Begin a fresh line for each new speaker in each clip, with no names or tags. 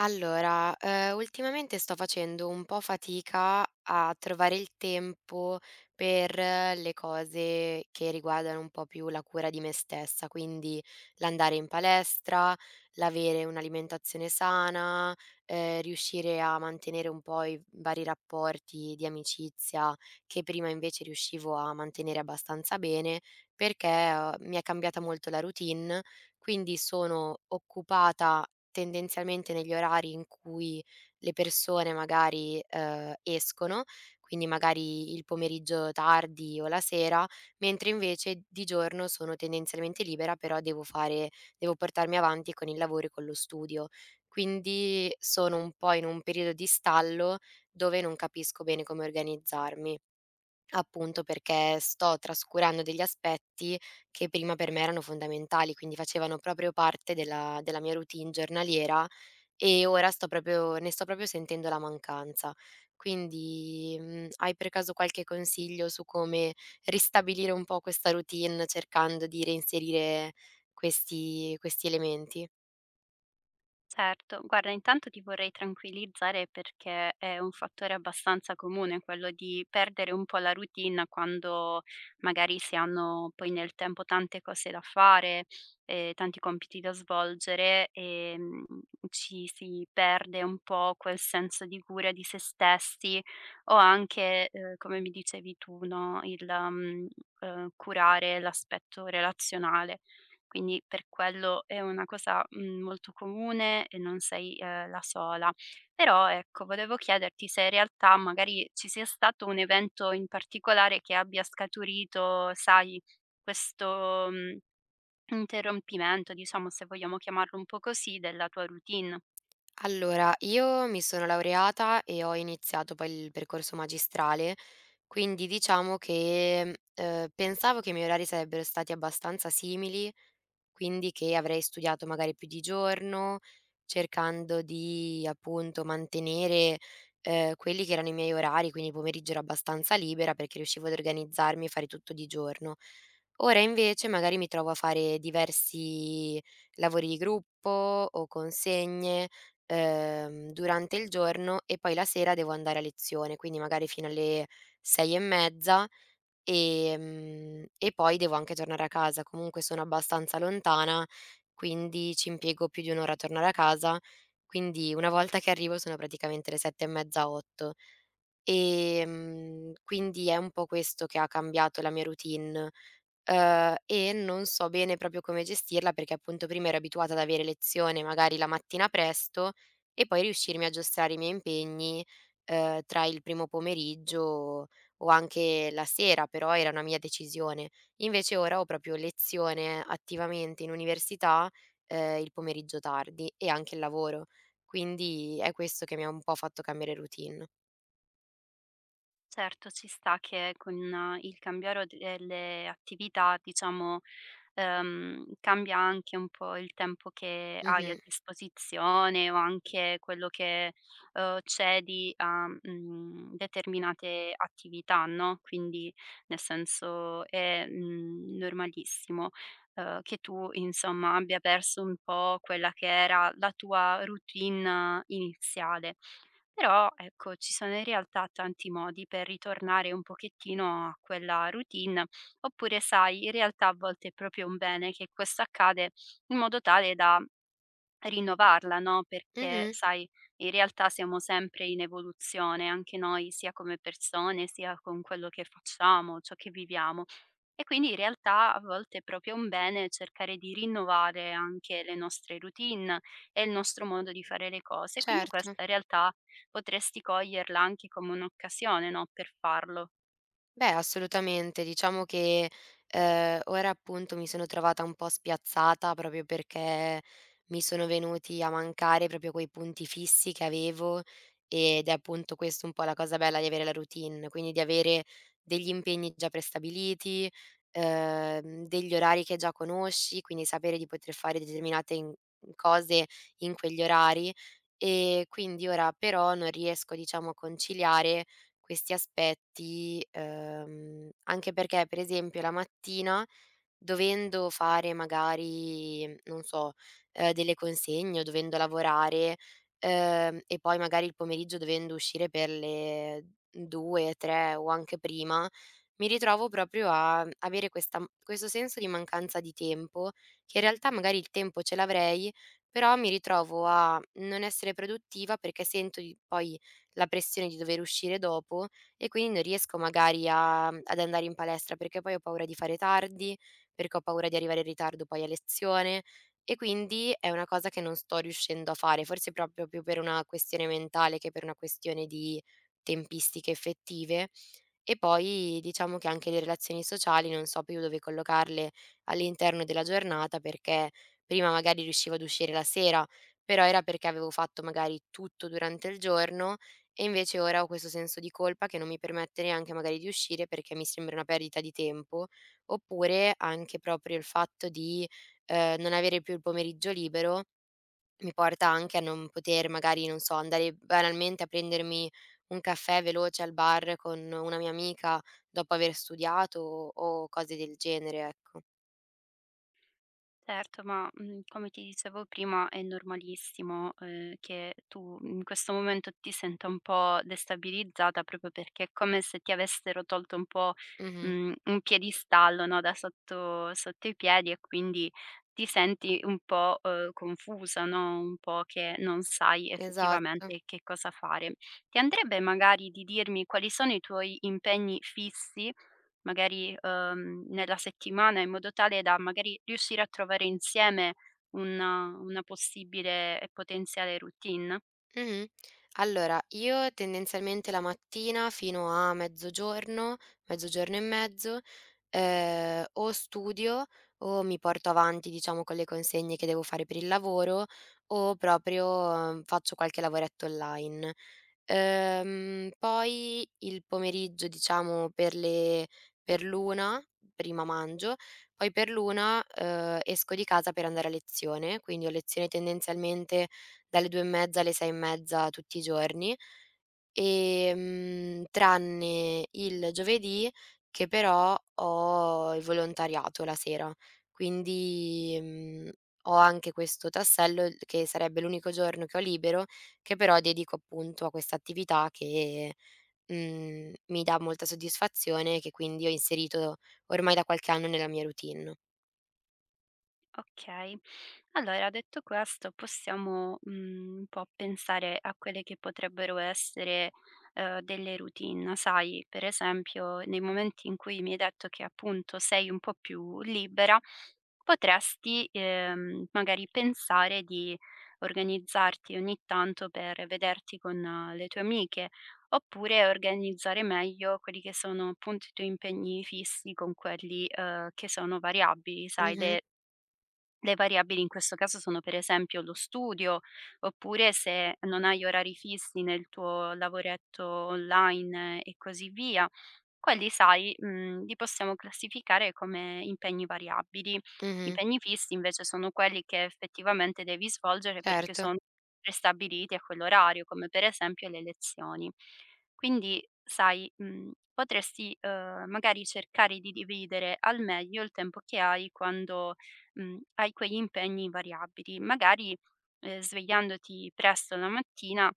Allora, ultimamente sto facendo un po' fatica a trovare il tempo per le cose che riguardano un po' più la cura di me stessa, quindi l'andare in palestra, l'avere un'alimentazione sana, riuscire a mantenere un po' i vari rapporti di amicizia che prima invece riuscivo a mantenere abbastanza bene, perché, mi è cambiata molto la routine, quindi sono occupata tendenzialmente negli orari in cui le persone magari, escono, quindi magari il pomeriggio tardi o la sera, mentre invece di giorno sono tendenzialmente libera, però devo portarmi avanti con il lavoro e con lo studio. Quindi sono un po' in un periodo di stallo dove non capisco bene come organizzarmi. Appunto, perché sto trascurando degli aspetti che prima per me erano fondamentali, quindi facevano proprio parte della mia routine giornaliera, e ora sto proprio ne sto proprio sentendo la mancanza. Quindi, hai per caso qualche consiglio su come ristabilire un po' questa routine cercando di reinserire questi elementi?
Certo, guarda, intanto ti vorrei tranquillizzare perché è un fattore abbastanza comune quello di perdere un po' la routine quando magari si hanno poi nel tempo tante cose da fare, tanti compiti da svolgere e ci si perde un po' quel senso di cura di se stessi o anche, come mi dicevi tu, no, curare l'aspetto relazionale. Quindi per quello è una cosa, molto comune e non sei, la sola. Però ecco, volevo chiederti se in realtà magari ci sia stato un evento in particolare che abbia scaturito, sai, questo interrompimento, diciamo, se vogliamo chiamarlo un po' così, della tua routine.
Allora, io mi sono laureata e ho iniziato poi il percorso magistrale, quindi diciamo che, pensavo che i miei orari sarebbero stati abbastanza simili, quindi che avrei studiato magari più di giorno, cercando di appunto mantenere, quelli che erano i miei orari, quindi il pomeriggio era abbastanza libera perché riuscivo ad organizzarmi e fare tutto di giorno. Ora invece magari mi trovo a fare diversi lavori di gruppo o consegne, durante il giorno e poi la sera devo andare a lezione, quindi magari fino alle 6 e mezza. E poi devo anche tornare a casa, comunque sono abbastanza lontana, quindi ci impiego più di 1 ora a tornare a casa, quindi una volta che arrivo sono praticamente le 7 e mezza, 8. Quindi è un po' questo che ha cambiato la mia routine. E non so bene proprio come gestirla, perché appunto prima ero abituata ad avere lezione magari la mattina presto e poi riuscirmi a giostrare i miei impegni, tra il primo pomeriggio o anche la sera, però era una mia decisione. Invece ora ho proprio lezione attivamente in università, il pomeriggio tardi, e anche il lavoro. Quindi è questo che mi ha un po' fatto cambiare routine.
Certo, ci sta che con il cambiare delle attività, diciamo, cambia anche un po' il tempo che hai a
Mh-mh.
disposizione o anche quello che, cedi a, determinate attività, no, quindi nel senso è, normalissimo, che tu insomma abbia perso un po' quella che era la tua routine iniziale. Però, ecco, ci sono in realtà tanti modi per ritornare un pochettino a quella routine, oppure sai, in realtà a volte è proprio un bene che questo accade in modo tale da rinnovarla, no? Perché,
Mh-mh.
sai, in realtà siamo sempre in evoluzione, anche noi, sia come persone, sia con quello che facciamo, ciò che viviamo. E quindi in realtà a volte è proprio un bene cercare di rinnovare anche le nostre routine e il nostro modo di fare le cose, quindi
Certo.
questa in realtà potresti coglierla anche come un'occasione, no, per farlo.
Beh, assolutamente. Diciamo che, ora appunto mi sono trovata un po' spiazzata proprio perché mi sono venuti a mancare proprio quei punti fissi che avevo, ed è appunto questo un po' la cosa bella di avere la routine, quindi di avere degli impegni già prestabiliti, degli orari che già conosci, quindi sapere di poter fare determinate in cose in quegli orari. E quindi ora però non riesco, diciamo, a conciliare questi aspetti, anche perché per esempio la mattina dovendo fare magari, non so, delle consegne o dovendo lavorare, e poi magari il pomeriggio dovendo uscire per le 2, 3 o anche prima, mi ritrovo proprio a avere questa questo senso di mancanza di tempo, che in realtà magari il tempo ce l'avrei, però mi ritrovo a non essere produttiva perché sento di poi la pressione di dover uscire dopo, e quindi non riesco magari ad andare in palestra, perché poi ho paura di fare tardi, perché ho paura di arrivare in ritardo poi a lezione, e quindi è una cosa che non sto riuscendo a fare, forse proprio più per una questione mentale che per una questione di tempistiche effettive. E poi diciamo che anche le relazioni sociali non so più dove collocarle all'interno della giornata, perché prima magari riuscivo ad uscire la sera, però era perché avevo fatto magari tutto durante il giorno, e invece ora ho questo senso di colpa che non mi permette neanche magari di uscire perché mi sembra una perdita di tempo, oppure anche proprio il fatto di, non avere più il pomeriggio libero mi porta anche a non poter magari, non so, andare banalmente a prendermi un caffè veloce al bar con una mia amica dopo aver studiato, o cose del genere, ecco.
Certo, ma, come ti dicevo prima è normalissimo, che tu in questo momento ti senta un po' destabilizzata proprio perché è come se ti avessero tolto un po',
Mh-mh.
un piedistallo, no, da sotto sotto i piedi e quindi ti senti un po', confusa, no, un po' che non sai
Esatto.
effettivamente che cosa fare. Ti andrebbe magari di dirmi quali sono i tuoi impegni fissi magari, nella settimana, in modo tale da magari riuscire a trovare insieme una possibile e potenziale routine?
Mh-mh. Allora, io tendenzialmente la mattina fino a mezzogiorno, mezzogiorno e mezzo, o studio o mi porto avanti, diciamo, con le consegne che devo fare per il lavoro, o proprio, faccio qualche lavoretto online. Poi il pomeriggio, diciamo, per l'1 prima mangio, poi per l'1, esco di casa per andare a lezione, quindi ho lezione tendenzialmente dalle 2 e mezza alle 6 e mezza tutti i giorni. Tranne il giovedì, che però ho il volontariato la sera, quindi, ho anche questo tassello l che sarebbe l'unico giorno che ho libero, che però dedico appunto a questa attività che, mi dà molta soddisfazione e che quindi ho inserito ormai da qualche anno nella mia routine.
Okay. Allora detto questo possiamo, un po' pensare a quelle che potrebbero essere, delle routine. Sai, per esempio nei momenti in cui mi hai detto che appunto sei un po' più libera, potresti, magari pensare di organizzarti ogni tanto per vederti con le tue amiche, oppure organizzare meglio quelli che sono appunto i tuoi impegni fissi con quelli, che sono variabili, sai
Mh-mh,
le variabili in questo caso sono per esempio lo studio, oppure se non hai orari fissi nel tuo lavoretto online e così via, quelli sai, li possiamo classificare come impegni variabili.
mh-mh,
Impegni fissi invece sono quelli che effettivamente devi svolgere perché
certo.
sono prestabiliti a quell'orario, come per esempio le lezioni. Quindi sai, potresti, magari cercare di dividere al meglio il tempo che hai quando hai quegli impegni variabili, magari, svegliandoti presto la mattina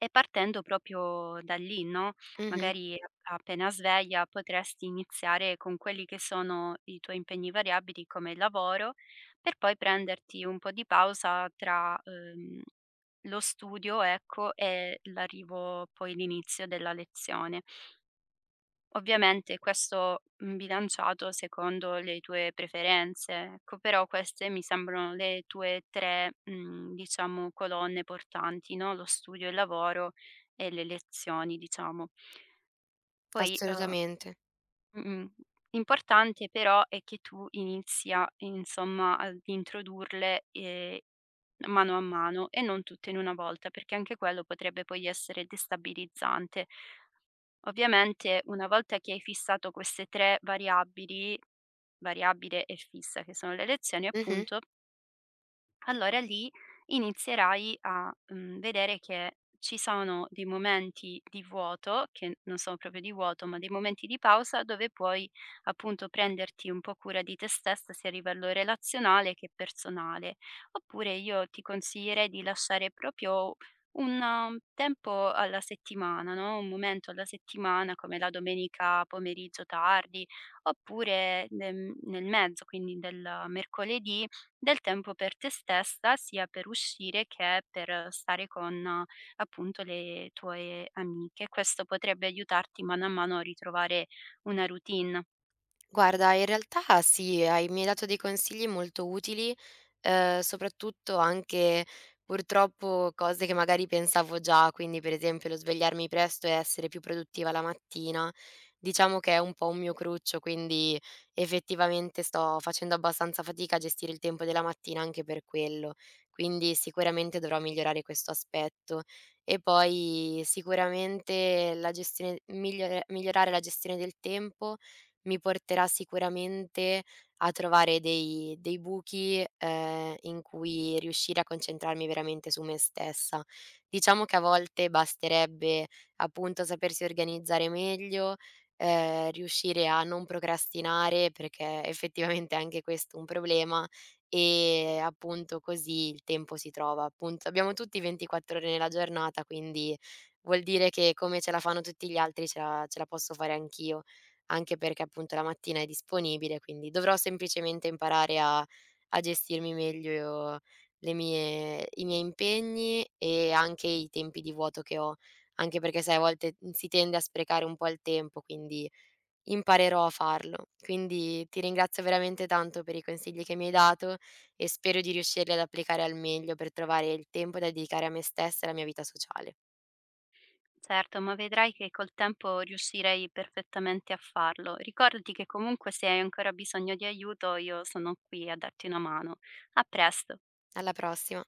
e partendo proprio da lì, no,
Mh-mh,
magari a appena sveglia potresti iniziare con quelli che sono i tuoi impegni variabili come il lavoro, per poi prenderti un po' di pausa tra, lo studio, ecco, e l'arrivo poi l'inizio della lezione. Ovviamente questo, bilanciato secondo le tue preferenze, ecco, però queste mi sembrano le tue 3, diciamo colonne portanti, no, lo studio, il lavoro e le lezioni diciamo. Poi,
assolutamente.
mh-mh, importante però è che tu inizi a insomma ad introdurle, mano a mano e non tutte in una volta, perché anche quello potrebbe poi essere destabilizzante. Ovviamente una volta che hai fissato queste 3 variabili, variabile e fissa che sono le lezioni
Mh-mh.
appunto, allora lì inizierai a, vedere che ci sono dei momenti di vuoto, che non sono proprio di vuoto, ma dei momenti di pausa dove puoi appunto prenderti un po' cura di te stessa sia a livello relazionale che personale. Oppure io ti consiglierei di lasciare proprio un tempo alla settimana, no, un momento alla settimana come la domenica pomeriggio tardi, oppure nel mezzo, quindi del mercoledì del tempo per te stessa, sia per uscire che per stare con appunto le tue amiche. Questo potrebbe aiutarti mano a mano a ritrovare una routine.
Guarda, in realtà sì, hai mi hai dato dei consigli molto utili, soprattutto anche purtroppo cose che magari pensavo già, quindi per esempio lo svegliarmi presto e essere più produttiva la mattina, diciamo che è un po' un mio cruccio, quindi effettivamente sto facendo abbastanza fatica a gestire il tempo della mattina anche per quello, quindi sicuramente dovrò migliorare questo aspetto. E poi sicuramente la gestione migliore migliorare la gestione del tempo mi porterà sicuramente a trovare dei buchi, in cui riuscire a concentrarmi veramente su me stessa. Diciamo che a volte basterebbe, appunto, sapersi organizzare meglio, riuscire a non procrastinare, perché effettivamente è anche questo è un problema, e appunto così il tempo si trova. Appunto, abbiamo tutti 24 ore nella giornata, quindi vuol dire che come ce la fanno tutti gli altri ce la posso fare anch'io, anche perché appunto la mattina è disponibile, quindi dovrò semplicemente imparare a gestirmi meglio le mie i miei impegni e anche i tempi di vuoto che ho, anche perché sai a volte, si tende a sprecare un po' il tempo, quindi imparerò a farlo. Quindi ti ringrazio veramente tanto per i consigli che mi hai dato e spero di riuscirli ad applicare al meglio per trovare il tempo da dedicare a me stessa e alla mia vita sociale.
Certo, ma vedrai che col tempo riuscirei perfettamente a farlo. Ricordati che comunque se hai ancora bisogno di aiuto io sono qui a darti una mano. A presto.
Alla prossima.